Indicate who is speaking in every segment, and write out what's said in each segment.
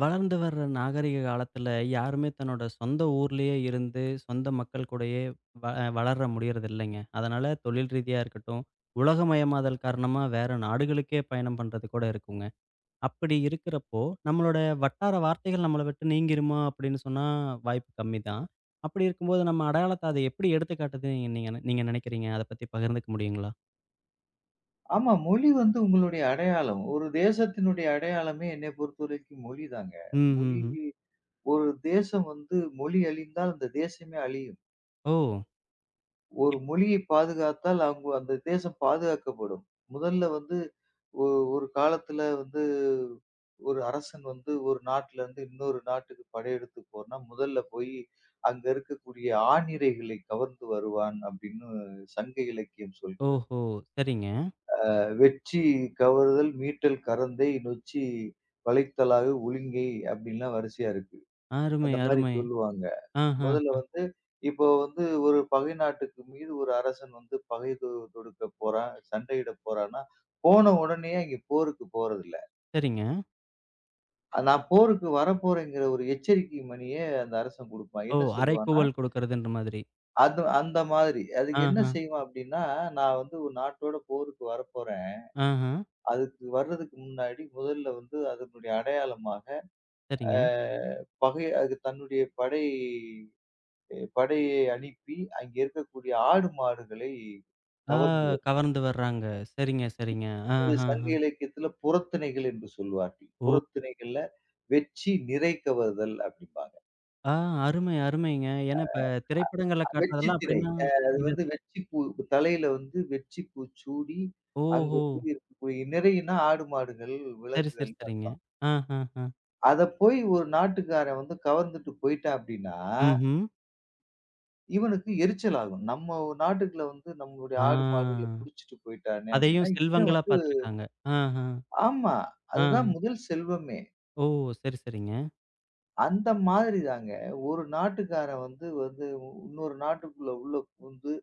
Speaker 1: வளர்ந்து வர்ற நாகரிக காலத்துல யாருமே தன்னோட சொந்த ஊர்லயே இருந்து சொந்த மக்கள் கூடயே வ வளர முடியறது இல்லைங்க. அதனால தொழில் ரீதியா இருக்கட்டும், உலகமயமாதல் காரணமா வேற நாடுகளுக்கே பயணம் பண்றது கூட இருக்குங்க. அப்படி இருக்கிறப்போ, நம்மளோட வட்டார வார்த்தைகள் நம்மள விட்டு நீங்கிருமா அப்படின்னு சொன்னா வாய்ப்பு கம்மி தான். அப்படி இருக்கும்போது நம்ம அடையாளத்த அத எப்படி எடுத்துக்காட்டுதுன்னு நீங்க நீங்க நெ- நீங்க நினைக்கிறீங்க? அத பத்தி பகிர்ந்துக்க முடியுங்களா?
Speaker 2: ஆமா. மொழி வந்து உங்களுடைய அடையாளம். ஒரு தேசத்தினுடைய அடையாளமே என்னை பொறுத்தவரைக்கும் மொழிதாங்க.
Speaker 1: ம், ம்,
Speaker 2: மொழி
Speaker 1: ம்.
Speaker 2: ஒரு தேசம் வந்து மொழி அழிந்தால் அந்த தேசமே அழியும்.
Speaker 1: ஓ!
Speaker 2: ஒரு
Speaker 1: இப்
Speaker 2: மொழியை பாதுகாத்தால் அவங்க அந்த தேசம் பாதுகாக்கப்படும். முதல்ல வந்து ஒ ஒரு காலத்துல வந்து ஒரு அரசன் வந்து ஒரு நாட்டுல இருந்து இன்னொரு நாட்டுக்கு படையெடுத்து போனா, முதல்ல போய் அங்க இருக்கக்கூடிய ஆணிரைகளை கவர்ந்து வருவான் அப்படின்னு சங்க இலக்கியம் சொல்கிறது.
Speaker 1: ஓஹோ! சரிங்க.
Speaker 2: வெற்றி, கவறுதல், மீட்டல், கரந்தை, நொச்சி, வளைத்தலாவு, ஒழுங்கை அப்படின்லாம் வரிசையா இருக்கு.
Speaker 1: அருமை,
Speaker 2: அந்த மாரி
Speaker 1: அருமை.
Speaker 2: சொல்லுவாங்க.
Speaker 1: ஆஹ.
Speaker 2: முதல்ல வந்து இப்போ வந்து ஒரு பகை நாட்டுக்கு மீது ஒரு அரசன் வந்து பகை தொடுக்க போறான், சண்டையிட போறான்னா, போன உடனேயே அங்க போருக்கு போறதில்ல.
Speaker 1: சரிங்க.
Speaker 2: நான் போருக்கு வரப்போறேங்கிற ஒரு எச்சரிக்கை மணிய அந்த அரசன் குடுப்பான்.
Speaker 1: ஓ!
Speaker 2: என்ன சொல்லுவான்னா,
Speaker 1: அறைக்கூவல் குடுக்குறதுன்ற மாதிரி.
Speaker 2: அது அந்த மாதிரி. அதுக்கு என்ன
Speaker 1: ஆஹ,
Speaker 2: செய்வான் அப்படின்னா, நான் வந்து ஒரு நாட்டோட போருக்கு வரப்போறேன்.
Speaker 1: ஆஹ.
Speaker 2: அதுக்கு வர்றதுக்கு முன்னாடி முதல்ல வந்து அதனுடைய அடையாளமாக அ
Speaker 1: சரிங்க.
Speaker 2: பகை அது தன்னுடைய படை படையை அனுப்பி அங்கே இருக்கக்கூடிய ஆடு, மாடுகளை
Speaker 1: ஆ.
Speaker 2: கவர்ந்து வரும்.
Speaker 1: கவர்ந்து வர்றாங்க. சரிங்க, சரிங்க.
Speaker 2: இது சங்க
Speaker 1: ஆஹஹ.
Speaker 2: இலக்கியத்தில புறத்திணைகள் என்று சொல்வார்கள்.
Speaker 1: ஓ!
Speaker 2: புறத்திணைகள்ல வெட்சி நிரை கவர்தல் அப்படிம்பாங்க.
Speaker 1: ஆ. அருமை, அருமைங்க. ஏன்னா இப்ப திரைப்படங்கள்ல
Speaker 2: வெட்சி
Speaker 1: காட்டுறதெல்லாம்
Speaker 2: திணை.
Speaker 1: அப்படின்னா,
Speaker 2: அது
Speaker 1: இது
Speaker 2: வந்து வெட்சி பூ தலையில வந்து வெட்சி பூ சூடி, அங்கு
Speaker 1: ஓஹோ!
Speaker 2: போய் இருக்கக்கூடிய நிறைன்னா ஆடு, மாடுகள்,
Speaker 1: சரி, சரி,
Speaker 2: விலங்குகள்னு
Speaker 1: சரிங்க.
Speaker 2: அர்த்தம்.
Speaker 1: ஆஹஹ.
Speaker 2: அத போய் ஒரு நாட்டுக்காரன் வந்து கவர்ந்துட்டு போயிட்டான் அப்டின்னா,
Speaker 1: ம்ஹ்ம்.
Speaker 2: இவனுக்கு எரிச்சல் ஆகும். நம்ம நாட்டுக்குள்ள வந்து நம்மளுடைய ஆடு,
Speaker 1: ஆ.
Speaker 2: மாடுகள புடிச்சுட்டு போயிட்டானே
Speaker 1: அதையும்
Speaker 2: அப்டின்னா, இவன்
Speaker 1: செல்வங்களா
Speaker 2: வந்து
Speaker 1: பார்த்துருக்காங்க. ஆஹ,
Speaker 2: ஆமா. அதுதான்
Speaker 1: ஆ.
Speaker 2: முதல் செல்வமே.
Speaker 1: ஓ! சரி, சரிங்க.
Speaker 2: அந்த மாதிரி தாங்க. ஒரு நாட்டுக்காரன் வந்து வந்து இன்னொரு நாட்டுக்குள்ள உள்ள புகுந்து,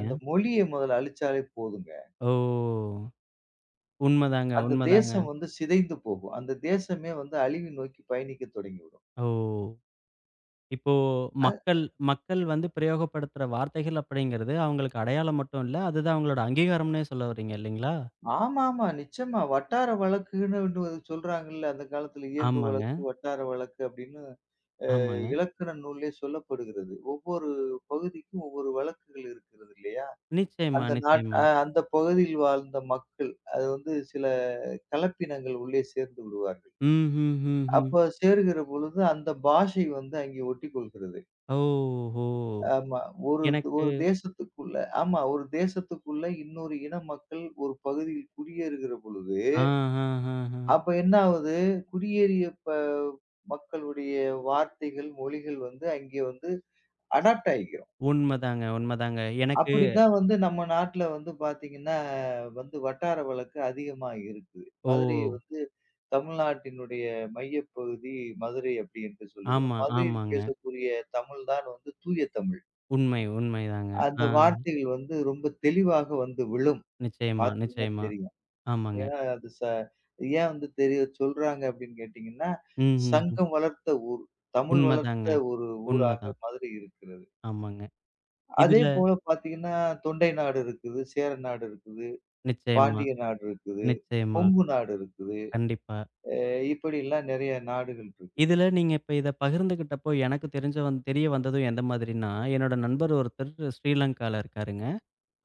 Speaker 2: அந்த மொழிய முதல்ல அழிச்சாலே போதுங்க.
Speaker 1: ஓ! உண்மதாங்க,
Speaker 2: அந்த
Speaker 1: உண்மதாங்க.
Speaker 2: தேசம் வந்து சிதைந்து போகும். அந்த தேசமே வந்து அழிவு நோக்கி பயணிக்க தொடங்கிவிடும்.
Speaker 1: ஓ! இப்போ மக்கள் மக்கள் வந்து பிரயோகப்படுத்துற வார்த்தைகள் அப்படிங்கிறது, அவங்களுக்கு அடையாளம் மட்டும் இல்ல. அதுதான் அவங்களோட அங்கீகாரம்னே சொல்ல வர்றீங்க இல்லைங்களா?
Speaker 2: ஆமாமா. நிச்சயமா. வட்டார வழக்குன்னு ஒண்ணு சொல்றாங்கல்ல. அந்த காலத்துல இயல்பு
Speaker 1: ஆமாங்க,
Speaker 2: வழக்கு, வட்டார வழக்கு அப்படின்னு
Speaker 1: ஆமாங்க.
Speaker 2: இலக்கண நூல்லே சொல்லப்படுகிறது. ஒவ்வொரு பகுதிக்கும் ஒவ்வொரு வழக்குகள் இருக்கிறது இல்லையா?
Speaker 1: நிச்சயமா,
Speaker 2: அந்த நாட்
Speaker 1: நிச்சயமா.
Speaker 2: அ அந்த பகுதியில் வாழ்ந்த மக்கள் அது வந்து சில கலப்பினங்கள் உள்ளே சேர்ந்து விடுவார்கள்.
Speaker 1: ம், ம், ம், ம்.
Speaker 2: அப்ப சேருகிற பொழுது அந்த பாஷை வந்து அங்கே ஒட்டிக்கொள்கிறது.
Speaker 1: ஓஹோ!
Speaker 2: ஆமா. ஒரு
Speaker 1: எனக்கு
Speaker 2: ஒரு தேசத்துக்குள்ள ஆமா. ஒரு தேசத்துக்குள்ள இன்னொரு இன மக்கள் ஒரு பகுதியில் குடியேறுகிற பொழுது
Speaker 1: ஆ, ஆ, ஆ, ஆ.
Speaker 2: அப்ப என்ன ஆகுது? குடியேறிய ப மக்களுடைய வார்த்தைகள், மொழிகள் வந்து அங்கே வந்து அடாப்ட் ஆயிக்கிறோம்.
Speaker 1: உண்மதாங்க, உண்மதாங்க.
Speaker 2: அப்படித்தான் வந்து நம்ம நாட்டுல வந்து பாத்தீங்கன்னா, வந்து வட்டார வழக்கு அதிகமா இருக்குது. மதுரை
Speaker 1: ஓ!
Speaker 2: வந்து தமிழ்நாட்டினுடைய மையப்பகுதி மதுரை அப்படி என்று சொல்லுகிறோம்.
Speaker 1: ஆமா,
Speaker 2: மதுரையில்
Speaker 1: ஆமாங்க.
Speaker 2: பேசக்கூடிய தமிழ் தான் வந்து தூய தமிழ்.
Speaker 1: உண்மை, உண்மைதாங்க. ஆ,
Speaker 2: அந்த வார்த்தைகள் வந்து ரொம்ப தெளிவாக வந்து விழும்.
Speaker 1: நிச்சயமா,
Speaker 2: பாத்தீங்கன்னா
Speaker 1: நிச்சயமா.
Speaker 2: தெரியும்.
Speaker 1: ஆமாங்க.
Speaker 2: ஏன்னா, அது ச ஏன் வந்து தெரிய சொல்றாங்க அப்படின்னு கேட்டீங்கன்னா,
Speaker 1: ம், ம், ம்.
Speaker 2: சங்கம் வளர்த்த ஊர். தமிழ்
Speaker 1: உண்மதாங்க,
Speaker 2: வளர்த்த ஒரு ஊராக
Speaker 1: உண்மதான்.
Speaker 2: மதுரை இருக்கிறது.
Speaker 1: ஆமாங்க.
Speaker 2: அதே
Speaker 1: இதுல
Speaker 2: போல பார்த்தீங்கன்னா, தொண்டை நாடு இருக்குது, சேர நாடு இருக்குது,
Speaker 1: நிச்சயமா,
Speaker 2: பாண்டிய நாடு இருக்குது,
Speaker 1: நிச்சயமா.
Speaker 2: கொங்கு நாடு இருக்குது.
Speaker 1: கண்டிப்பா.
Speaker 2: இப்படிலாம் நிறைய நாடுகள் இருக்குது.
Speaker 1: இதுல நீங்க இப்ப இத பகிர்ந்துகிட்டப்போ, எனக்கு தெரிஞ்ச வந் தெரிய வந்ததும் எந்த மாதிரின்னா, என்னோட நண்பர் ஒருத்தர் ஸ்ரீலங்கால இருக்காருங்க.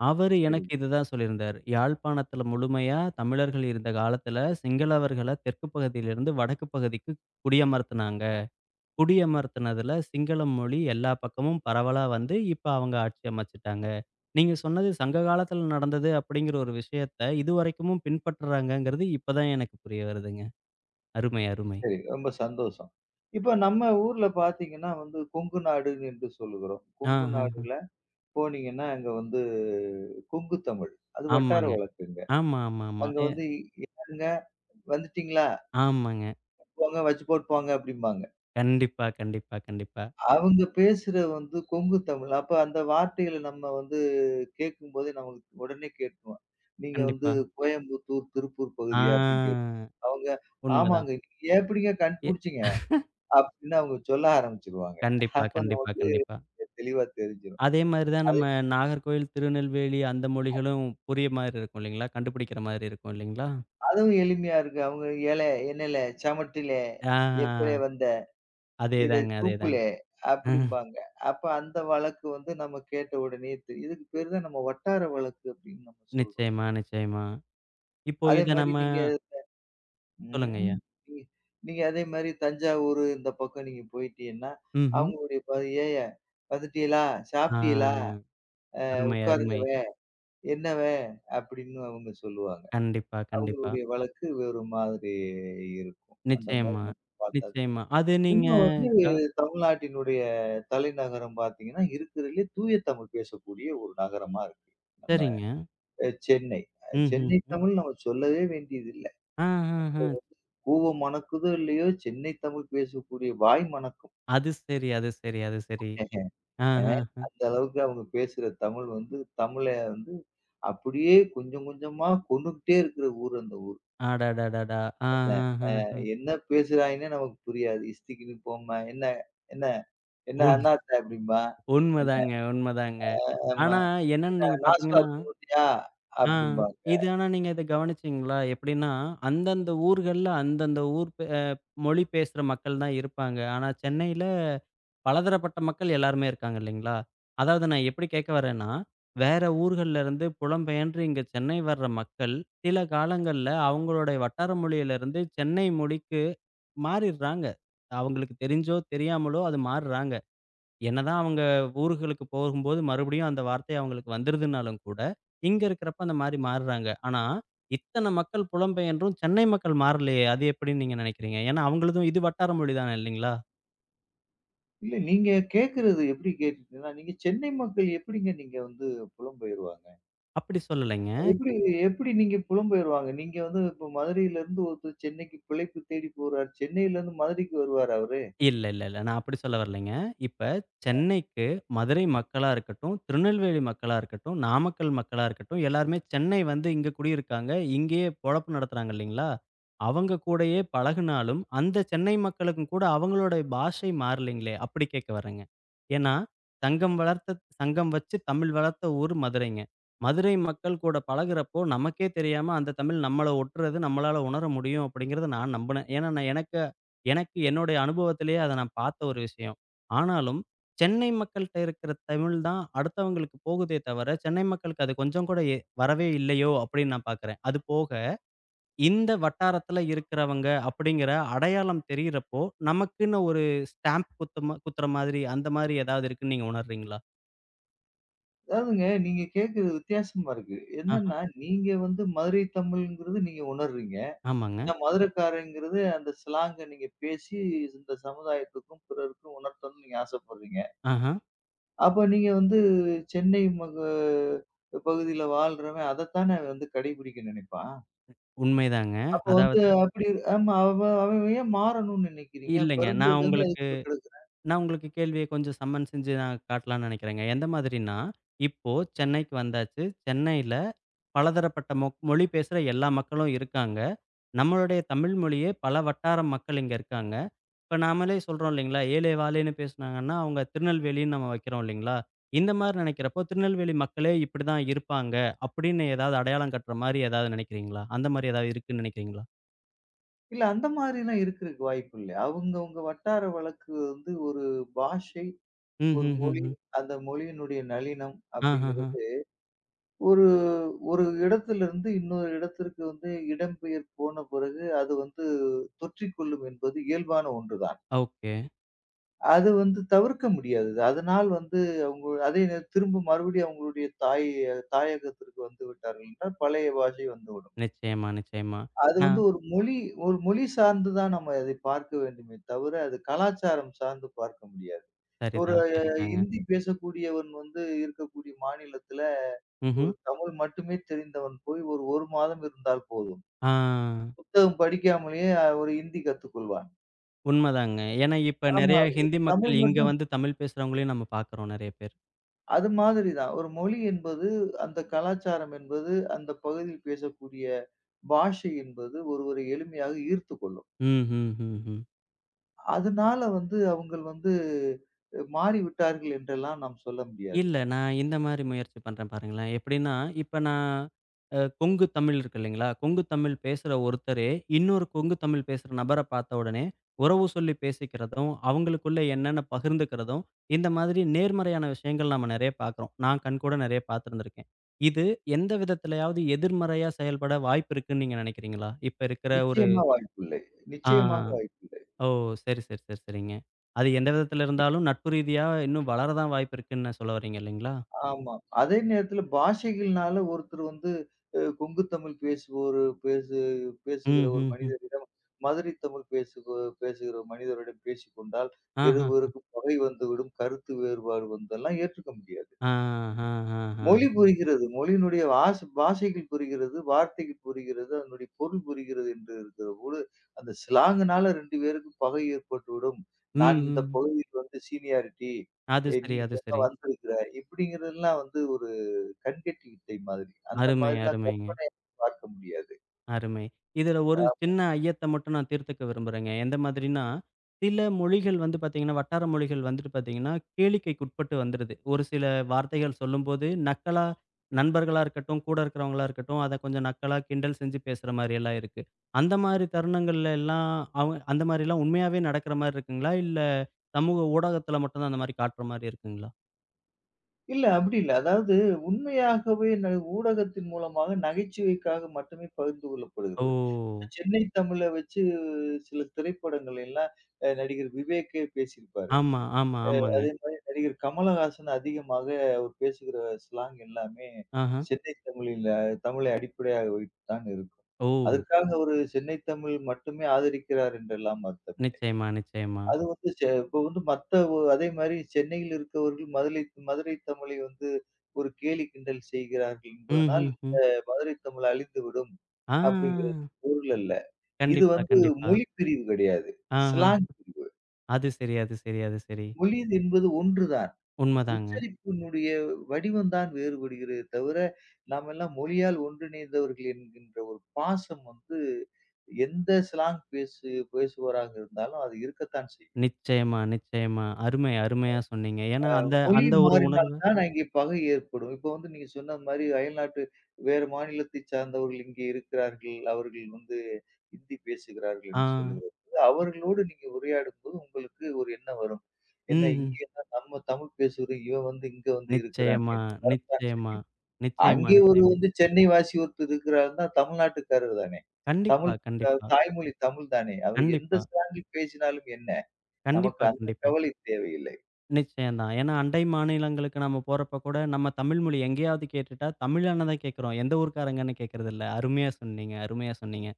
Speaker 1: அவரு
Speaker 2: சரி,
Speaker 1: எனக்கு இதுதான் சொல்லியிருந்தாரு. யாழ்ப்பாணத்துல முழுமையா தமிழர்கள் இருந்த காலத்துல, சிங்களவர்கள தெற்கு பகுதியிலிருந்து வடக்கு பகுதிக்கு குடியமர்த்துனாங்க. குடியமர்த்துனதுல சிங்களம் மொழி எல்லா பக்கமும் பரவலா வந்து, இப்ப அவங்க ஆட்சி அமைச்சுட்டாங்க. நீங்க சொன்னது சங்க காலத்துல நடந்தது அப்படிங்கிற ஒரு விஷயத்த, இதுவரைக்கும் பின்பற்றுறாங்கங்கிறது இப்ப தான் எனக்கு புரிய வருதுங்க. அருமை, அருமை.
Speaker 2: சரி. ரொம்ப சந்தோஷம். இப்ப நம்ம ஊர்ல பார்த்தீங்கன்னா வந்து கொங்கு நாடு என்று சொல்லுகிறோம். கொங்கு
Speaker 1: ஆஹஹ.
Speaker 2: நாடுல போனீங்கன்னா அங்க வந்து கொங்கு தமிழ். அது வட்டார
Speaker 1: ஆமாங்க.
Speaker 2: வழக்குங்க.
Speaker 1: ஆமா, ஆமா, ஆமா.
Speaker 2: அங்க வந்து யாருங்க வந்துட்டீங்களா?
Speaker 1: ஆமாங்க.
Speaker 2: போங்க வச்சு போட்டு போங்க அப்படிம்பாங்க.
Speaker 1: கண்டிப்பா, கண்டிப்பா, கண்டிப்பா,
Speaker 2: அவங்க பேசுறது வந்து கொங்கு தமிழ். அப்ப அந்த வார்த்தைகள நம்ம வந்து கேட்கும்போதே நமக்கு உடனே கேட்டுருவோம். நீங்க வந்து
Speaker 1: கண்டிப்பா.
Speaker 2: கோயம்புத்தூர், திருப்பூர் பகுதியா? அப்படின்னு
Speaker 1: ஆ.
Speaker 2: கேட்போம். அவங்க
Speaker 1: உண்மதான்.
Speaker 2: ஆமாங்க. நீங்க எப்படிங்க
Speaker 1: எ
Speaker 2: கண்டுபிடிச்சீங்க? அப்படின்னு அவங்க சொல்ல ஆரம்பிச்சுருவாங்க.
Speaker 1: கண்டிப்பா,
Speaker 2: அப்ப
Speaker 1: கண்டிப்பா,
Speaker 2: நமக்கு
Speaker 1: கண்டிப்பா.
Speaker 2: தெளிவா தெரிஞ்சிரும்.
Speaker 1: அதே மாரி தான்
Speaker 2: அது
Speaker 1: நம்ம நாகர்கோவில், திருநெல்வேலி அந்த மொழிகளும் புரிய மாரி இருக்கும் இல்லைங்களா? கண்டுபிடிக்கிற மாரி இருக்கும் இல்லைங்களா?
Speaker 2: அதுவும் எளிமையா இருக்கு. அவங்க ஏலே என்னலே, சமட்டிலே
Speaker 1: ஆ.
Speaker 2: எப்பலே வந்த? இத
Speaker 1: அதேதாங்க, அதேதாங்க.
Speaker 2: தூக்குலே அப்படிம்பாங்க. அப்ப அந்த வழக்கு வந்து நம்ம கேட்ட உடனே இதுக்கு பேரு தான் நம்ம வட்டார வழக்கு அப்படின்னு நம்ம சொல்றோம்.
Speaker 1: நிச்சயமா, நிச்சயமா. இப்போ
Speaker 2: அதே
Speaker 1: இத
Speaker 2: மாரி
Speaker 1: நம்ம
Speaker 2: நீங்க ம்.
Speaker 1: சொல்லுங்கய்யா.
Speaker 2: நீங்க நீங்க அதே மாரி தஞ்சாவூரு இந்த பக்கம் நீங்க போயிட்டீங்கன்னா,
Speaker 1: ம்ஹ்ம்.
Speaker 2: அவங்களுடைய ப "ஏய்யா வந்துட்டீகளா?
Speaker 1: ஆ.
Speaker 2: சாப்பிட்டீகளா?
Speaker 1: அருமை, அருமை.
Speaker 2: உட்காருங்கவே, என்னவே?" அப்படின்னு அவங்க சொல்லுவாங்க.
Speaker 1: கண்டிப்பா, கண்டிப்பா.
Speaker 2: அவங்களுடைய வழக்கு வேறு மாதிரி இருக்கும். அந்த மாரி
Speaker 1: நிச்சயமா,
Speaker 2: நம்ம பார்த்தா
Speaker 1: நிச்சயமா. அது நீங்க
Speaker 2: இன்னும் வந்து
Speaker 1: க
Speaker 2: தமிழ்நாட்டினுடைய தலைநகரம் பார்த்தீங்கன்னா, இருக்கிறதுலே தூய தமிழ் பேசக்கூடிய ஒரு நகரமா இருக்கு. நம்ம
Speaker 1: சரிங்க.
Speaker 2: சென்னை. சென்னை
Speaker 1: ம்ஹ்ஹ்ம்.
Speaker 2: தமிழ் நம்ம சொல்லவே வேண்டியதில்ல.
Speaker 1: ஆ, ஆ, ஆ.
Speaker 2: கூவம் மணக்குதோ இல்லையோ, சென்னை தமிழ் பேசக்கூடிய வாய் மணக்கும்.
Speaker 1: அது சரி, அது சரி, அது சரி.
Speaker 2: அ
Speaker 1: ஆஹ.
Speaker 2: அந்த அளவுக்கு அவங்க பேசுற தமிழ் வந்து தமிழ வந்து அப்படியே கொஞ்சம் கொஞ்சமா கொண்டுகிட்டே இருக்கிற ஊர் அந்த ஊர்.
Speaker 1: அடடடடா! ஆஹஹஹ.
Speaker 2: அ என்ன பேசுறாய்ங்கன்னே நமக்கு புரியாது. இஸ்திக்கின்னு போம்பான். என்ன என்ன என்ன
Speaker 1: உண்
Speaker 2: அண்ணாத்த அப்படிம்பான்.
Speaker 1: உண்மதாங்க, உண்மதாங்க.
Speaker 2: ஆமா.
Speaker 1: ஆனா என்னன்னு
Speaker 2: என்ன
Speaker 1: நீங்க
Speaker 2: நான்
Speaker 1: பார்த்தீங்கன்னா,
Speaker 2: ஸ்டாப் ஊட்டியா?
Speaker 1: ஆ.
Speaker 2: அப்படிம்பாங்க.
Speaker 1: இது ஆனா நீங்க இத கவனிச்சீங்களா? எப்படின்னா, அந்தந்த ஊர்கள்ல அந்தந்த ஊர் பே அ மொழி பேசுற மக்கள் தான் இருப்பாங்க. ஆனா சென்னையில பலதரப்பட்ட மக்கள் எல்லாருமே இருக்காங்க இல்லைங்களா? அதாவது நான் எப்படி கேட்க வரேன்னா, வேற ஊர்கள்ல இருந்து புலம்பெயன்று இங்க சென்னை வர்ற மக்கள், சில காலங்கள்ல அவங்களுடைய வட்டார மொழியிலிருந்து சென்னை மொழிக்கு மாறிர்றாங்க. அவங்களுக்கு தெரிஞ்சோ, தெரியாமலோ அது மாறுறாங்க. என்னதான் அவங்க ஊர்களுக்கு போகும்போது மறுபடியும் அந்த வார்த்தை அவங்களுக்கு வந்துருதுனாலும் கூட, இங்க இருக்கிறப்ப அந்த மாரி மாறுறாங்க. ஆனா, இத்தன மக்கள் புலம்பெயன்றும் சென்னை மக்கள் மாறலையே! அது எப்படின்னு நீங்க நினைக்கிறீங்க? ஏன்னா அவங்களுதும் இது வட்டார மொழி தான இல்லைங்களா?
Speaker 2: இல்ல நீங்க கேட்கிறது எப்படி கேட்டுட்டீங்கன்னா, நீங்க சென்னை மக்கள் எப்படிங்க நீங்க வந்து புலம்பெயர்வாங்க?
Speaker 1: அப்படி சொல்லலைங்க.
Speaker 2: அது எப்படி எப்படி நீங்க புலம்பெயர்வாங்க? நீங்க வந்து இப்ப மதுரையிலருந்து ஒருத்தர் சென்னைக்கு பிழைப்பு தேடி போறார். சென்னையிலருந்து மதுரைக்கு வருவாரு அவரு.
Speaker 1: இல்ல, இல்ல, இல்ல. நான் அப்படி சொல்ல வரலைங்க. இப்ப சென்னைக்கு மதுரை மக்களா இருக்கட்டும், திருநெல்வேலி மக்களா இருக்கட்டும், நாமக்கல் மக்களா இருக்கட்டும், எல்லாருமே சென்னை வந்து இங்க குடியிருக்காங்க. இங்கேயே பொழப்பு நடத்துறாங்க இல்லைங்களா? அவங்க கூடயே பழகுனாலும், அந்த சென்னை மக்களுக்கும் கூட அவங்களோட பாஷை மாறலைங்களே! அப்படி கேட்க வரேங்க. ஏன்னா, சங்கம் வளர்த்த சங்கம் வச்சு தமிழ் வளர்த்த ஊர் மதுரைங்க. மதுரை மக்கள் கூட பழகுறப்போ, நமக்கே தெரியாம அந்த தமிழ் நம்மள ஒட்டுறது நம்மளால உணர முடியும் அப்படிங்கிறத நான் நம்புனேன். ஏன்னா, நான் எனக்கு எனக்கு என்னுடைய அனுபவத்திலேயே அத நான் பார்த்த ஒரு விஷயம். ஆனாலும், சென்னை மக்கள்ட்ட இருக்கிற தமிழ் தான் அடுத்தவங்களுக்கு போகுதே தவிர, சென்னை மக்களுக்கு அது கொஞ்சம் கூட வரவே இல்லையோ! அப்படின்னு நான் பார்க்குறேன். அது போக, இந்த வட்டாரத்தில இருக்கிறவங்க அப்படிங்கிற அடையாளம் தெரியிறப்போ, நமக்குன்னு ஒரு ஸ்டாம்ப் குத்தமா குத்துற மாதிரி அந்த மாதிரி ஏதாவது இருக்குன்னு நீங்க உணர்றீங்களா?
Speaker 2: அதாவதுங்க நீங்க கேட்கறது வித்தியாசமா இருக்கு.
Speaker 1: ஆஹா.
Speaker 2: என்னன்னா, நீங்க வந்து மதுரை தமிழ்ங்கிறது நீங்க உணர்றீங்க.
Speaker 1: ஆமாங்க.
Speaker 2: நான் மதுரைக்காரங்கிறது அந்த ஸ்லாங்க நீங்க பேசி இந்த சமுதாயத்துக்கும் பிறருக்கும் உணர்த்தணும்னு நீங்க ஆசைப்படுறீங்க.
Speaker 1: ஆஹா.
Speaker 2: அப்ப நீங்க வந்து சென்னை மக பகுதியில வாழ்றவன் அதத்தானே வந்து கடைபிடிக்க நினைப்பான்.
Speaker 1: உண்மைதாங்க.
Speaker 2: அப்ப வந்து
Speaker 1: அதாவது
Speaker 2: அப்படி ஆமா அவன் அவன் ஏன் மாறணும்னு நினைக்கிறீங்க?
Speaker 1: இல்லைங்க.
Speaker 2: பிறந்ததிலிருந்து அதுக்குள்ள கிடக்குறான்.
Speaker 1: நான் உங்களுக்கு கேள்விய கொஞ்சம் சம்மன் செஞ்சு நான் காட்டலான்னு நெனைக்கிறேங்க. எந்த மாதிரின்னா, இப்போ சென்னைக்கு வந்தாச்சு. சென்னையில பலதரப்பட்ட மொழி பேசுற எல்லா மக்களும் இருக்காங்க. நம்மளுடைய தமிழ் மொழியே பல வட்டார மக்கள் இங்க இருக்காங்க. இப்ப நாமளே சொல்றோம் இல்லைங்களா, "ஏலே வாலேன்னு" பேசுனாங்கன்னா, அவங்க திருநெல்வேலின்னு நம்ம வைக்கிறோம் இல்லைங்களா? இந்த மாரி நெனைக்கிறப்போ, "திருநெல்வேலி மக்களே இப்படி தான் இருப்பாங்க." அப்படின்னு ஏதாவது அடையாளம் கட்டுற மாரி ஏதாவது நெனைக்கிறீங்களா? அந்த மாரி ஏதாவது இருக்குன்னு நெனைக்கிறீங்களா?
Speaker 2: இல்ல அந்த மாரிலாம் இருக்கிறதுக்கு வாய்ப்பு இல்ல. அவங்கவங்க வட்டார வழக்கு வந்து ஒரு பாஷை,
Speaker 1: ம்,
Speaker 2: ஒரு
Speaker 1: ம், ம்,
Speaker 2: மொழி,
Speaker 1: ம்.
Speaker 2: அந்த மொழியினுடைய நளினம்
Speaker 1: ஆஹஹ.
Speaker 2: அப்படிங்கிறது ஒரு ஒரு இடத்திலிருந்து இன்னொரு இடத்திற்கு வந்து இடம்பெயர் போன பிறகு அது வந்து தொற்றிக்கொள்ளும் என்பது இயல்பான ஒன்றுதான்.
Speaker 1: ஓகே.
Speaker 2: அது வந்து தவிர்க்க முடியாதது. அதனால் வந்து அவங்க அதே நேர திரும்ப மறுபடியும் அவங்களுடைய தாயகத்திற்கு வந்து விட்டார்கள் என்றால், பழைய பாஷை வந்துவிடும்.
Speaker 1: நிச்சயமா, நிச்சயமா.
Speaker 2: அது வந்து
Speaker 1: நான்
Speaker 2: ஒரு மொழி ஒரு மொழி சார்ந்து தான் நம்ம அதை பார்க்க வேண்டுமே தவிர, அது கலாச்சாரம் சார்ந்து பார்க்க முடியாது. ஒரு
Speaker 1: சரிதான், சரிதாங்க.
Speaker 2: இந்தி பேசக்கூடியவன் வந்து இருக்கக்கூடிய மாநிலத்தில,
Speaker 1: ம்ஹ்ம்.
Speaker 2: ஒரு தமிழ் மட்டுமே தெரிந்தவன் போய் ஒரு 1 மாதம் இருந்தால் போதும்.
Speaker 1: ஆ.
Speaker 2: புத்தகம் படிக்காமலேயே ஒரு இந்தி கத்துக்கொள்வான்.
Speaker 1: உண்மதாங்க. ஏன்னா இப்ப நெறைய
Speaker 2: ஆமா.
Speaker 1: ஹிந்தி
Speaker 2: தமிழ்
Speaker 1: மக்கள் இங்க
Speaker 2: மட்டும்
Speaker 1: வந்து தமிழ் பேசுறவங்களையும் நம்ம பார்க்குறோம் நெறைய பேர்.
Speaker 2: அது மாதிரி தான். ஒரு மொழி என்பது, அந்த கலாச்சாரம் என்பது, அந்த பகுதியில் பேசக்கூடிய பாஷை என்பது ஒருவரை எளிமையாக ஈர்த்துக்கொள்ளும்.
Speaker 1: ம், ம், ம், ம்.
Speaker 2: அதனால வந்து அவங்கள் வந்து மாறிவிட்டார்கள் என்றெல்லாம் நாம் சொல்ல முடியாது.
Speaker 1: இல்ல. நான் இந்த மாரி முயற்சி பண்றேன் பாருங்களேன். எப்படின்னா, இப்ப நான் அ கொங்கு தமிழ் இருக்கு இல்லைங்களா? கொங்கு தமிழ் பேசுற ஒருத்தரே, இன்னொரு கொங்கு தமிழ் பேசுற நபர பார்த்த உடனே, உறவு சொல்லி பேசிக்கிறதும், அவங்களுக்குள்ள என்னென்ன பகிர்ந்துக்கிறதும், இந்த மாதிரி நேர்மறையான விஷயங்கள் நம்ம நெறைய பார்க்குறோம். நான் கண்கூட நெறைய பார்த்துருந்துருக்கேன். இது எந்த விதத்திலயாவது எதிர்மறையா செயல்பட வாய்ப்பு இருக்குன்னு நீங்க நெனைக்கிறீங்களா? இப்ப இருக்கிற ஒரு
Speaker 2: நிச்சயமா வாய்ப்பில்லை.
Speaker 1: ஆ.
Speaker 2: நிச்சயமாக வாய்ப்பில்லை.
Speaker 1: ஓ! சரி, சரி, சரி, சரிங்க. அது எந்த விதத்தில இருந்தாலும் நட்பு ரீதியா இன்னும் வளர தான் வாய்ப்பு இருக்குன்னு சொல்ல வர்றீங்க இல்லைங்களா?
Speaker 2: ஆமா. அதே நேரத்துல பாஷைகள்னால ஒருத்தர் வந்து அ கொங்கு தமிழ் பேசுவோரு பேசு பேசுகிற ஒரு
Speaker 1: ம்ஹ்ஹ்ம்.
Speaker 2: மனிதரிடம் மதுரை தமிழ் பேசுக பேசுகிற ஒரு மனிதரிடம் பேசிக் கொண்டால்
Speaker 1: ஆஹா.
Speaker 2: இருவருக்கும் பகை வந்துவிடும், கருத்து வேறுபாடு வந்தெல்லாம் ஏற்றுக்க முடியாது.
Speaker 1: ஆ, ஆ, ஆ,
Speaker 2: மொழி
Speaker 1: ஆ.
Speaker 2: புரிகிறது. மொழியினுடைய வாச பாஷைகள் புரிகிறது, வார்த்தைகள் புரிகிறது, அதனுடைய பொருள் புரிகிறது என்று இருக்கிறபோது, அந்த ஸ்லாங்குனால 2 பேருக்கும் பகை ஏற்பட்டுவிடும். நான்
Speaker 1: ம்,
Speaker 2: இந்த
Speaker 1: ம்.
Speaker 2: பகுதியில் வந்து சீனியாரிட்டி,
Speaker 1: அது
Speaker 2: "ஏ நீ
Speaker 1: சரி, அது சரி.
Speaker 2: இப்பதான் வந்திருக்கிற" இப்படிங்கிறதெல்லாம் வந்து ஒரு கண்கட்டி வித்தை மாதிரி. அந்த
Speaker 1: அருமை,
Speaker 2: மாதிரிலாம்
Speaker 1: அருமைங்க.
Speaker 2: கற்பனையா பார்க்க முடியாது.
Speaker 1: அருமை. இதுல ஒரு
Speaker 2: அ
Speaker 1: சின்ன ஐயத்த மட்டும் நான் தீர்த்துக்க விரும்புறேங்க. எந்த மாதிரின்னா, சில மொழிகள் வந்து பாத்தீங்கன்னா, வட்டார மொழிகள் வந்துட்டு பாத்தீங்கன்னா, கேளிக்கைக்கு உட்பட்டு வந்துருது. ஒரு சில வார்த்தைகள் சொல்லும்போது, நண்பர்களா இருக்கட்டும், கூட இருக்கிறவங்களா இருக்கட்டும், அத கொஞ்சம் நக்கலா கிண்டல் செஞ்சு பேசுற மாரி எல்லாம் இருக்கு. அந்த மாரி தருணங்கள்ல எல்லாம் அவங்க அந்த மாரிலாம் உண்மையாவே நடக்கிற மாரி இருக்குங்களா? இல்ல சமூக ஊடகத்துல மட்டும் தான் அந்த மாரி காட்டுற மாரி இருக்குங்களா?
Speaker 2: இல்ல அப்படி இல்ல. அதாவது உண்மையாகவே ஊடகத்தின் மூலமாக நகைச்சுவைக்காக மட்டுமே பகிர்ந்து
Speaker 1: ஓ!
Speaker 2: கொள்ளப்படுகிறது. இப்ப சென்னை தமிழ வச்சு சில திரைப்படங்கள் எல்லாம் அ நடிகர் விவேக்கே பேசியிருப்பாரு.
Speaker 1: ஆமா, ஆமா, ஆமாங்க.
Speaker 2: அதே மாரி நடிகர் கமலஹாசன் அதிகமாக அவர் பேசுகிற ஸ்லாங் எல்லாமே
Speaker 1: ஆஹா.
Speaker 2: சென்னை தமிழில தமிழை அடிப்படையாக வைத்து தான் இருக்கும்.
Speaker 1: ஓ!
Speaker 2: அதற்காக அவரு சென்னை தமிழ் மட்டுமே ஆதரிக்கிறார் என்றெல்லாம் அர்த்தம் இல்லை.
Speaker 1: நிச்சயமா, நிச்சயமா.
Speaker 2: அது வந்து இப்போ வந்து மத்த ஒ அதே மாரி சென்னையில் இருக்கவர்கள் மதுரை தமிழை வந்து ஒரு கேலி கிண்டல் செய்கிறார்கள் என்பதனால்,
Speaker 1: ம்ஹ்ஹ்ம்.
Speaker 2: இந்த மதுரை தமிழ் அழிந்துவிடும் அப்படிங்கிறது
Speaker 1: ஆ.
Speaker 2: பொருள் அல்ல. இது
Speaker 1: கண்டிப்பா,
Speaker 2: வந்து
Speaker 1: கண்டிப்பா.
Speaker 2: மொழி பிரிவு கிடையாது.
Speaker 1: ஆஹா.
Speaker 2: ஸ்லாங் பிரிவு.
Speaker 1: அது சரி, அது சரி, அது சரி.
Speaker 2: மொழி என்பது ஒன்றுதான்.
Speaker 1: உண்மதாங்க.
Speaker 2: உச்சரிப்பினுடைய வடிவம் தான் வேறுபடுகிறதே தவிர, நாமெல்லாம் மொழியால் ஒன்றிணைந்தவர்கள் என்கின்ற ஒரு பாசம் வந்து எந்த ஸ்லாங் பேசுபவராக இருந்தாலும் அது இருக்கத்தான் செய்யும்.
Speaker 1: நிச்சயமா, நிச்சயமா. அருமை, அருமையா சொன்னீங்க. ஏன்னா, அந்த
Speaker 2: மொழி
Speaker 1: அந்த ஒரு
Speaker 2: மாறினால்
Speaker 1: உணர்வு
Speaker 2: தான் அங்கே பகை ஏற்படும். இப்போ வந்து நீங்க சொன்ன மாரி அயல்நாட்டு வேற மாநிலத்தை சார்ந்தவர்கள் இங்கே இருக்கிறார்கள். அவர்கள் வந்து ஹிந்தி பேசுகிறார்கள்
Speaker 1: ஆ.
Speaker 2: என்று சொல்லும்போது, அவர்களோடு நீங்க உரையாடும்போது உங்களுக்கு ஒரு எண்ணம் வரும். என்ன
Speaker 1: ம்ஹ்ம்.
Speaker 2: இங்கே தான் நம்ம தமிழ் பேசுறோம். இவன் வந்து இங்க வந்து இருக்கிறானே
Speaker 1: நிச்சயமா,
Speaker 2: என்ன வரத்தான்
Speaker 1: நிச்சயமா,
Speaker 2: செய்யும்.
Speaker 1: நிச்சயமா,
Speaker 2: அங்கே ஒரு
Speaker 1: நிச்சயமா.
Speaker 2: வந்து சென்னை வாசி ஒருத்தர் இருக்கிறாருன்னா தமிழ்நாட்டுக்காரர் தானே.
Speaker 1: கண்டிப்பா,
Speaker 2: தமிழ்
Speaker 1: கண்டிப்பா,
Speaker 2: தாய்மொழி தமிழ் தானே. அவர் எந்த
Speaker 1: கண்டிப்பா,
Speaker 2: ஸ்லாங்கில் பேசினாலும் என்ன? நமக்கு
Speaker 1: கண்டிப்பா,
Speaker 2: அந்த
Speaker 1: கண்டிப்பா.
Speaker 2: கவலை தேவையில்லை.
Speaker 1: நிச்சயம் தான். ஏன்னா, அண்டை மாநிலங்களுக்கு நம்ம போறப்ப கூட, நம்ம தமிழ் மொழி எங்கேயாவது கேட்டுட்டா, தமிழான தான் கேட்கிறோம். எந்த ஊர்க்காரங்கன்னு கேட்கிறதில்ல. அருமையா சொன்னீங்க, அருமையா சொன்னீங்க.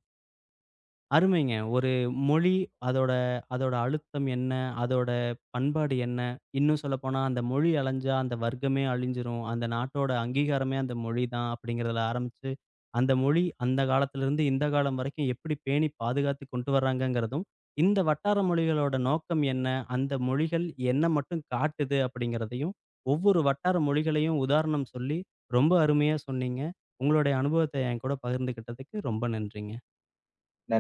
Speaker 1: அருமைங்க. ஒரு மொழி, அதோட அதோட அழுத்தம் என்ன? அதோட பண்பாடு என்ன? இன்னும் சொல்லப்போனா, அந்த மொழி அழிஞ்சா அந்த வர்க்கமே அழிஞ்சிரும். அந்த நாட்டோட அங்கீகாரமே அந்த மொழி தான் அப்படிங்கிறதுல ஆரம்பிச்சு, அந்த மொழி அந்த காலத்திலிருந்து இந்த காலம் வரைக்கும் எப்படி பேணி பாதுகாத்து கொண்டு வர்றாங்கங்கிறதும், இந்த வட்டார மொழிகளோட நோக்கம் என்ன? அந்த மொழிகள் என்ன மட்டும் காட்டுது? அப்படிங்கிறதையும், ஒவ்வொரு வட்டார மொழிகளையும் உதாரணம் சொல்லி ரொம்ப அருமையா சொன்னீங்க. உங்களுடைய அனுபவத்த என்கூட பகிர்ந்துக்கிட்டதுக்கு ரொம்ப நன்றிங்க.
Speaker 2: நன்றி.